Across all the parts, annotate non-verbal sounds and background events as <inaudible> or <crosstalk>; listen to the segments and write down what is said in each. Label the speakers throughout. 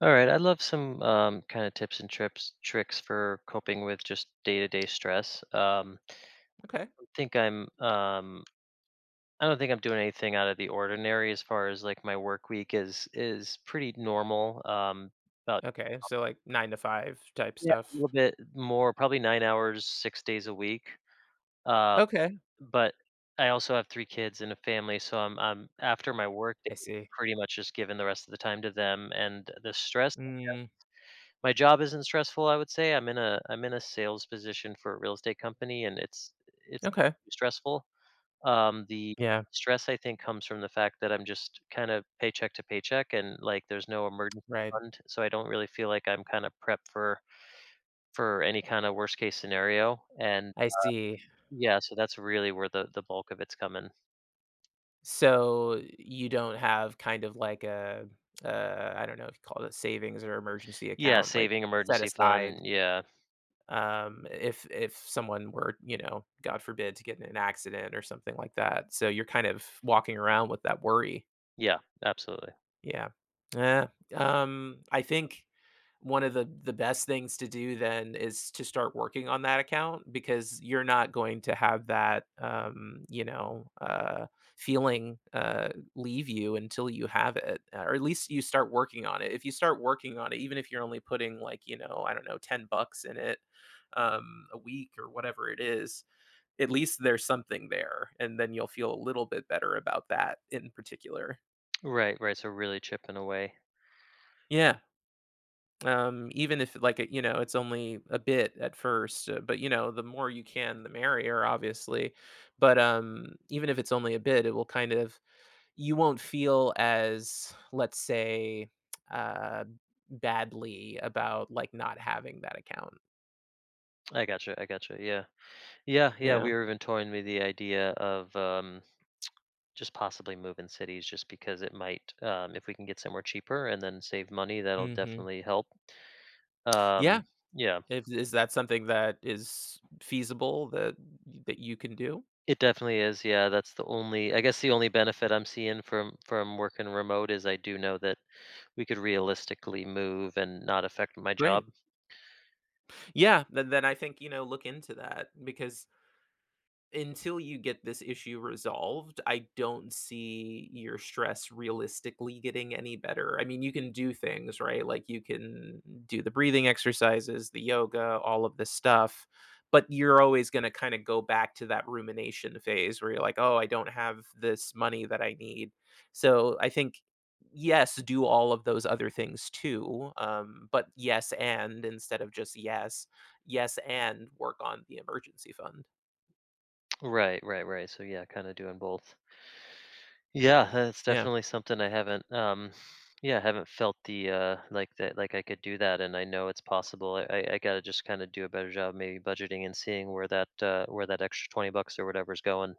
Speaker 1: All right, I'd love some kind of tips and tricks for coping with just day-to-day stress.
Speaker 2: Okay.
Speaker 1: I think I'm, um, I don't think I'm doing anything out of the ordinary as far as like my work week is pretty normal. About
Speaker 2: Okay. So like 9 to 5 type
Speaker 1: Yeah, a
Speaker 2: stuff.
Speaker 1: little bit more, probably 9 hours, 6 days a week. Uh,
Speaker 2: Okay.
Speaker 1: but I also have three kids and a family, so I'm after my work day,
Speaker 2: I see.
Speaker 1: pretty much just giving the rest of the time to them, and the stress
Speaker 2: Mm,
Speaker 1: my job isn't stressful, I would say. I'm in a sales position for a real estate company, and it's
Speaker 2: okay.
Speaker 1: stressful. The
Speaker 2: Yeah.
Speaker 1: stress I think comes from the fact that I'm just kind of paycheck to paycheck, and like there's no emergency
Speaker 2: Right.
Speaker 1: fund, so I don't really feel like I'm kind of prepped for any kind of worst case scenario. And
Speaker 2: I see.
Speaker 1: yeah, so that's really where the bulk of it's coming.
Speaker 2: So you don't have kind of like a, I don't know if you call it a savings or emergency
Speaker 1: Yeah,
Speaker 2: account, like
Speaker 1: saving
Speaker 2: set
Speaker 1: emergency fund.
Speaker 2: aside,
Speaker 1: Yeah,
Speaker 2: if someone were, god forbid, to get in an accident or something like that, so you're kind of walking around with that worry.
Speaker 1: yeah, absolutely.
Speaker 2: Yeah, yeah. I think one of the best things to do then is to start working on that account, because you're not going to have that, feeling, leave you until you have it, or at least you start working on it. If you start working on it, even if you're only putting like, I don't know, 10 bucks in it, a week or whatever it is, at least there's something there. And then you'll feel a little bit better about that in particular.
Speaker 1: Right, right. So really chipping away.
Speaker 2: Yeah. Even if like it, it's only a bit at first, but the more you can, the merrier, obviously. But even if it's only a bit, it will kind of you won't feel as, let's say, uh, badly about like not having that account.
Speaker 1: I gotcha. I gotcha. Yeah. Yeah, yeah, we
Speaker 2: Yeah.
Speaker 1: were even toying with the idea of just possibly moving cities, just because it might, if we can get somewhere cheaper and then save money, that'll
Speaker 2: Hmm.
Speaker 1: definitely help.
Speaker 2: Yeah.
Speaker 1: Um, yeah,
Speaker 2: If, Is that something that is feasible that you can do?
Speaker 1: it definitely is. Yeah, that's the only, I guess, the only benefit I'm seeing from working remote is I do know that we could realistically move and not affect my
Speaker 2: Great.
Speaker 1: job.
Speaker 2: Yeah. Then I think, look into that, because until you get this issue resolved, I don't see your stress realistically getting any better. I mean, you can do things, right? Like you can do the breathing exercises, the yoga, all of this stuff, but you're always going to kind of go back to that rumination phase where you're like, "Oh, I don't have this money that I need." So, I think yes, do all of those other things too. But yes, and instead of just yes, yes, and work on the emergency fund.
Speaker 1: Right, right, right. So yeah, kind of doing both. Yeah, that's
Speaker 2: Yeah.
Speaker 1: definitely something I haven't felt the like that like I could do that and I know it's possible. I gotta just kinda do a better job maybe budgeting and seeing where that extra $20 or whatever's going.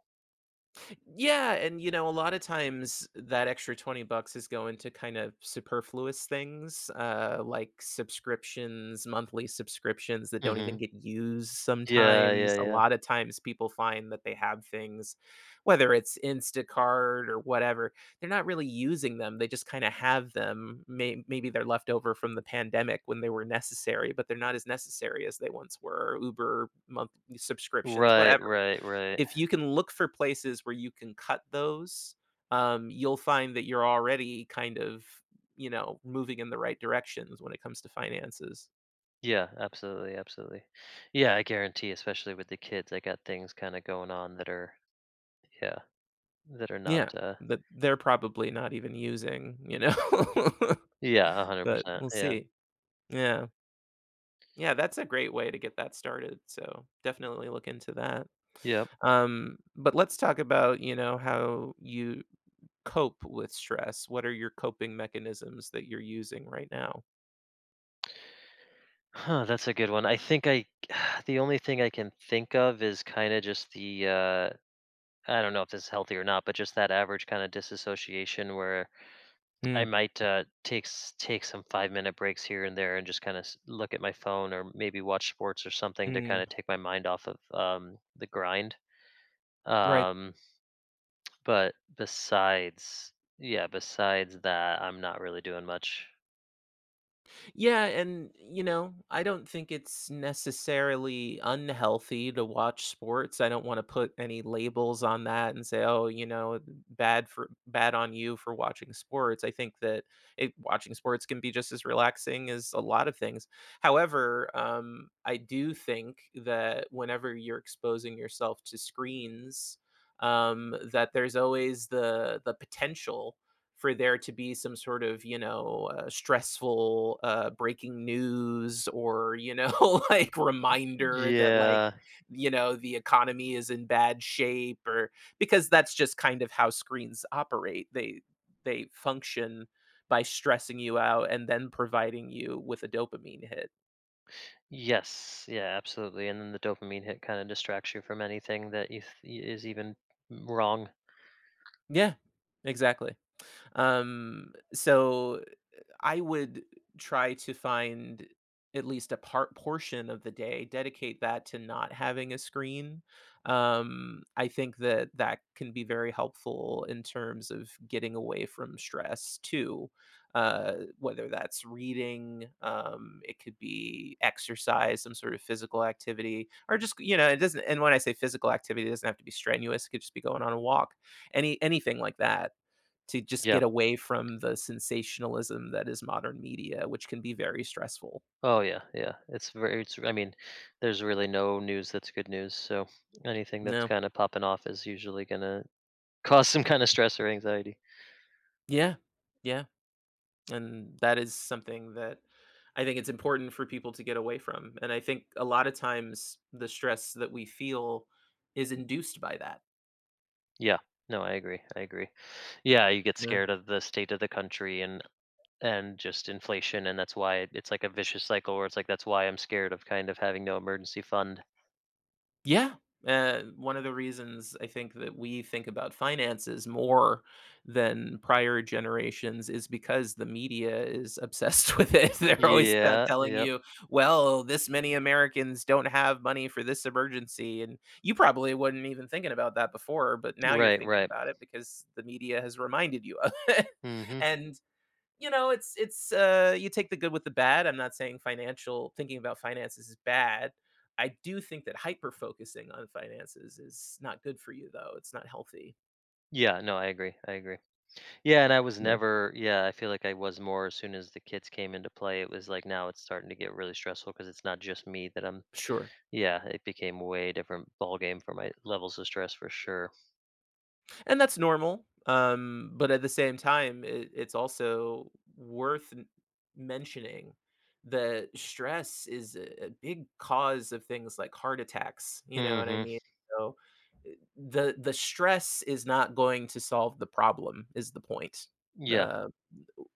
Speaker 2: Yeah, and a lot of times that extra 20 bucks is going to kind of superfluous things, like subscriptions, monthly subscriptions that don't
Speaker 1: hmm
Speaker 2: even get used
Speaker 1: Yeah, yeah,
Speaker 2: sometimes. A
Speaker 1: yeah.
Speaker 2: lot of times people find that they have things, whether it's Instacart or whatever, they're not really using them. They just kind of have them. Maybe they're left over from the pandemic when they were necessary, but they're not as necessary as they once were. Uber month subscriptions,
Speaker 1: Right,
Speaker 2: whatever,
Speaker 1: right, right.
Speaker 2: if you can look for places where you can cut those, you'll find that you're already kind of, moving in the right directions when it comes to finances.
Speaker 1: Yeah, absolutely, absolutely. Yeah, I guarantee, especially with the kids, I got things kinda going on that are yeah, that are not
Speaker 2: Yeah, that they're probably not even using, you know? <laughs>
Speaker 1: yeah, a hundred
Speaker 2: But
Speaker 1: percent.
Speaker 2: we'll
Speaker 1: Yeah.
Speaker 2: see. Yeah. Yeah, that's a great way to get that started, so definitely look into that.
Speaker 1: Yeah.
Speaker 2: But let's talk about, how you cope with stress. What are your coping mechanisms that you're using right now?
Speaker 1: Huh, that's a good one. I think I <sighs> the only thing I can think of is kinda just I don't know if this is healthy or not, but just that average kinda disassociation where I
Speaker 2: Mm.
Speaker 1: might, take some five-minute breaks here and there and just kinda look at my phone or maybe watch sports or something to kinda
Speaker 2: Mm.
Speaker 1: take my mind off of, the grind.
Speaker 2: Right.
Speaker 1: Um, but besides yeah, besides that, I'm not really doing much.
Speaker 2: Yeah, and I don't think it's necessarily unhealthy to watch sports. I don't want to put any labels on that and say, "Oh, you know, bad on you for watching sports." I think that watching sports can be just as relaxing as a lot of things. However, I do think that whenever you're exposing yourself to screens, that there's always the potential for there to be some sort of stressful breaking news, or <laughs> like reminder that like,
Speaker 1: Yeah.
Speaker 2: the economy is in bad shape, or because that's just kind of how screens operate, they function by stressing you out and then providing you with a dopamine hit.
Speaker 1: Yes, yeah, absolutely. And then the dopamine hit kind of distracts you from anything that is even wrong.
Speaker 2: Yeah, exactly. So I would try to find at least a part portion of the day, dedicate that to not having a screen. I think that that can be very helpful in terms of getting away from stress too. Whether that's reading, it could be exercise, some sort of physical activity, or just, it doesn't. And when I say physical activity, it doesn't have to be strenuous. It could just be going on a walk, anything like that to just
Speaker 1: Yeah.
Speaker 2: get away from the sensationalism that is modern media, which can be very stressful.
Speaker 1: Oh yeah, yeah. It's very it's I mean, there's really no news that's good news. So anything that's
Speaker 2: No.
Speaker 1: kind of popping off is usually going to <laughs> cause some kind of stress or anxiety.
Speaker 2: Yeah. Yeah. And that is something that I think it's important for people to get away from. And I think a lot of times the stress that we feel is induced by that.
Speaker 1: Yeah. No, I agree. I agree. Yeah, you get scared of the state of the country and just inflation and that's why it- it's like a vicious cycle where it's like that's why I'm scared of kind of having no emergency fund.
Speaker 2: Yeah. One of the reasons I think that we think about finances more than prior generations is because the media is obsessed <laughs> with it. They're always
Speaker 1: Yeah,
Speaker 2: telling
Speaker 1: yep.
Speaker 2: you, well, this many Americans don't have money for this emergency. And you probably wouldn't even thinking about that before, but now you're
Speaker 1: Right,
Speaker 2: thinking
Speaker 1: right.
Speaker 2: about it because the media has reminded you of <laughs> it.
Speaker 1: Mhm.
Speaker 2: And you know, it's you take the good with the bad. I'm not saying financial thinking about finances is bad. I do think that hyper focusing on finances is not good for you though. It's not healthy.
Speaker 1: Yeah, no, I agree. I agree. Yeah, and I was
Speaker 2: Yeah,
Speaker 1: never yeah, I feel like I was more as soon as the kids came into play, it was like now it's starting to get really stressful because it's not just me that I'm
Speaker 2: sure.
Speaker 1: yeah, it became a way different ball game for my levels of stress for sure.
Speaker 2: And that's normal, but at the same time, it's also worth n mentioning that stress is a big cause of things like heart attacks, you know what I
Speaker 1: Mhm.
Speaker 2: mean? So, the stress is not going to solve the problem, is the point.
Speaker 1: Yeah.
Speaker 2: The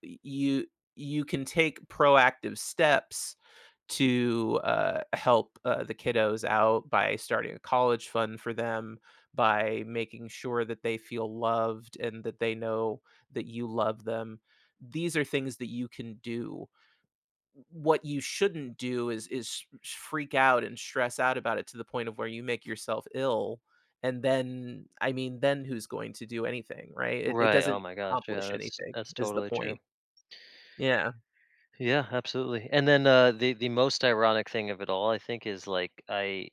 Speaker 2: you you can take proactive steps to, help, the kiddos out by starting a college fund for them, by making sure that they feel loved and that they know that you love them. These are things that you can do. What you shouldn't do is sh freak out and stress out about it to the point of where you make yourself ill, and then, I mean, then who's going to do anything, right? It
Speaker 1: Right.
Speaker 2: doesn't
Speaker 1: Oh my gosh. Yeah,
Speaker 2: accomplish
Speaker 1: that's
Speaker 2: anything,
Speaker 1: that's
Speaker 2: is the
Speaker 1: totally true.
Speaker 2: point. Yeah,
Speaker 1: Yeah, absolutely. And then the most ironic thing of it all I think is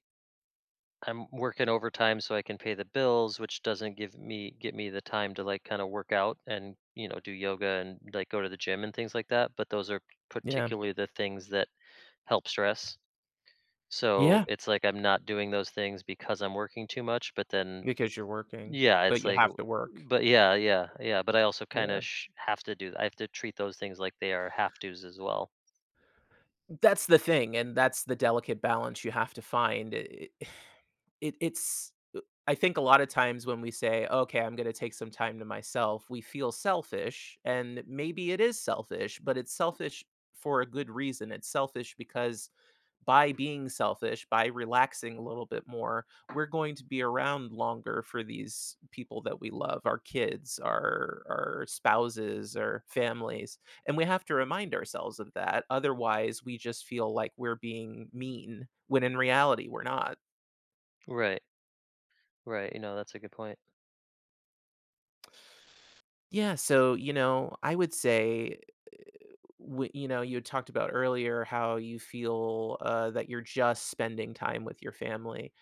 Speaker 1: I'm working overtime so I can pay the bills, which doesn't give me get me the time to like kind of work out and you know do yoga and like go to the gym and things like that. But those are
Speaker 2: yeah,
Speaker 1: particularly the things that help stress. So
Speaker 2: yeah,
Speaker 1: it's like I'm not doing those things because I'm working too much. But then
Speaker 2: because you're working,
Speaker 1: yeah,
Speaker 2: but
Speaker 1: it's
Speaker 2: you
Speaker 1: like,
Speaker 2: have
Speaker 1: w-
Speaker 2: to work.
Speaker 1: but yeah, yeah, yeah. But I also
Speaker 2: Yeah.
Speaker 1: have to do. I have to treat those things like they are have tos as well.
Speaker 2: That's the thing, and that's the delicate balance you have to find. It <sighs> it's I think a lot of times when we say, "Okay, I'm gonna take some time to myself," we feel selfish, and maybe it is selfish, but it's selfish for a good reason. It's selfish because by being selfish, by relaxing a little bit more, we're going to be around longer for these people that we love, our kids, our spouses, our families. And we have to remind ourselves of that. Otherwise, we just feel like we're being mean when in reality we're not.
Speaker 1: Right, right. You know that's a good point.
Speaker 2: Yeah, so, I would say, you had talked about earlier how you feel, that you're just spending time with your family.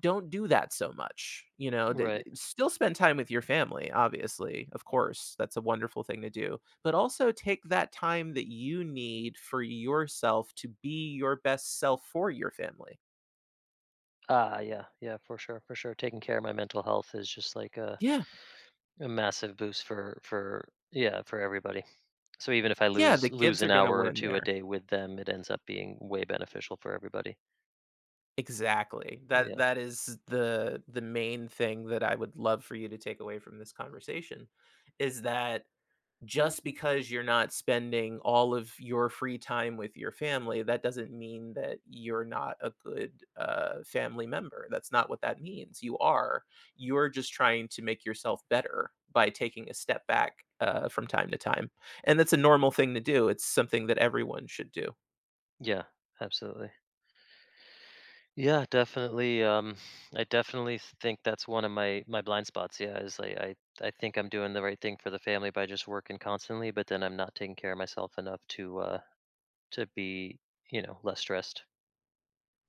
Speaker 2: Don't do that so much.
Speaker 1: Right.
Speaker 2: Still spend time with your family, obviously. Of course, that's a wonderful thing to do. But also take that time that you need for yourself to be your best self for your family.
Speaker 1: Ah, yeah, yeah, for sure, for sure. Taking care of my mental health is just like a
Speaker 2: Yeah.
Speaker 1: a massive boost for for everybody. So even if I
Speaker 2: Yeah,
Speaker 1: lose
Speaker 2: the
Speaker 1: lose
Speaker 2: kids are
Speaker 1: an
Speaker 2: gonna
Speaker 1: hour or
Speaker 2: win
Speaker 1: 2 a
Speaker 2: there.
Speaker 1: day with them, it ends up being way beneficial for everybody.
Speaker 2: Exactly. That
Speaker 1: Yeah.
Speaker 2: that is the main thing that I would love for you to take away from this conversation is that just because you're not spending all of your free time with your family, that doesn't mean that you're not a good, family member. That's not what that means. You are. You're just trying to make yourself better by taking a step back, from time to time. And that's a normal thing to do. It's something that everyone should do.
Speaker 1: Yeah, absolutely. Yeah, definitely, I definitely think that's one of my blind spots, yeah, is I think I'm doing the right thing for the family by just working constantly, but then I'm not taking care of myself enough to be, you know, less stressed.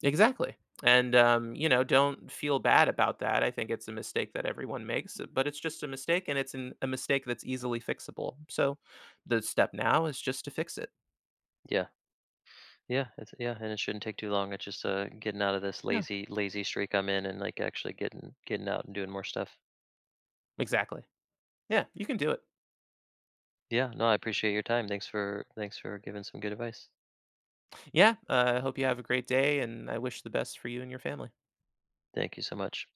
Speaker 2: Exactly. And, don't feel bad about that. I think it's a mistake that everyone makes, but it's just a mistake and it's a mistake that's easily fixable. So the step now is just to fix it.
Speaker 1: Yeah. Yeah, it's yeah, and it shouldn't take too long. It's just getting out of this
Speaker 2: Yeah,
Speaker 1: lazy streak I'm in and like actually getting out and doing more stuff.
Speaker 2: exactly. Yeah, you can do it.
Speaker 1: Yeah, no, I appreciate your time. Thanks for thanks for giving some good advice.
Speaker 2: Yeah, I hope you have a great day, and I wish the best for you and your family.
Speaker 1: Thank you so much.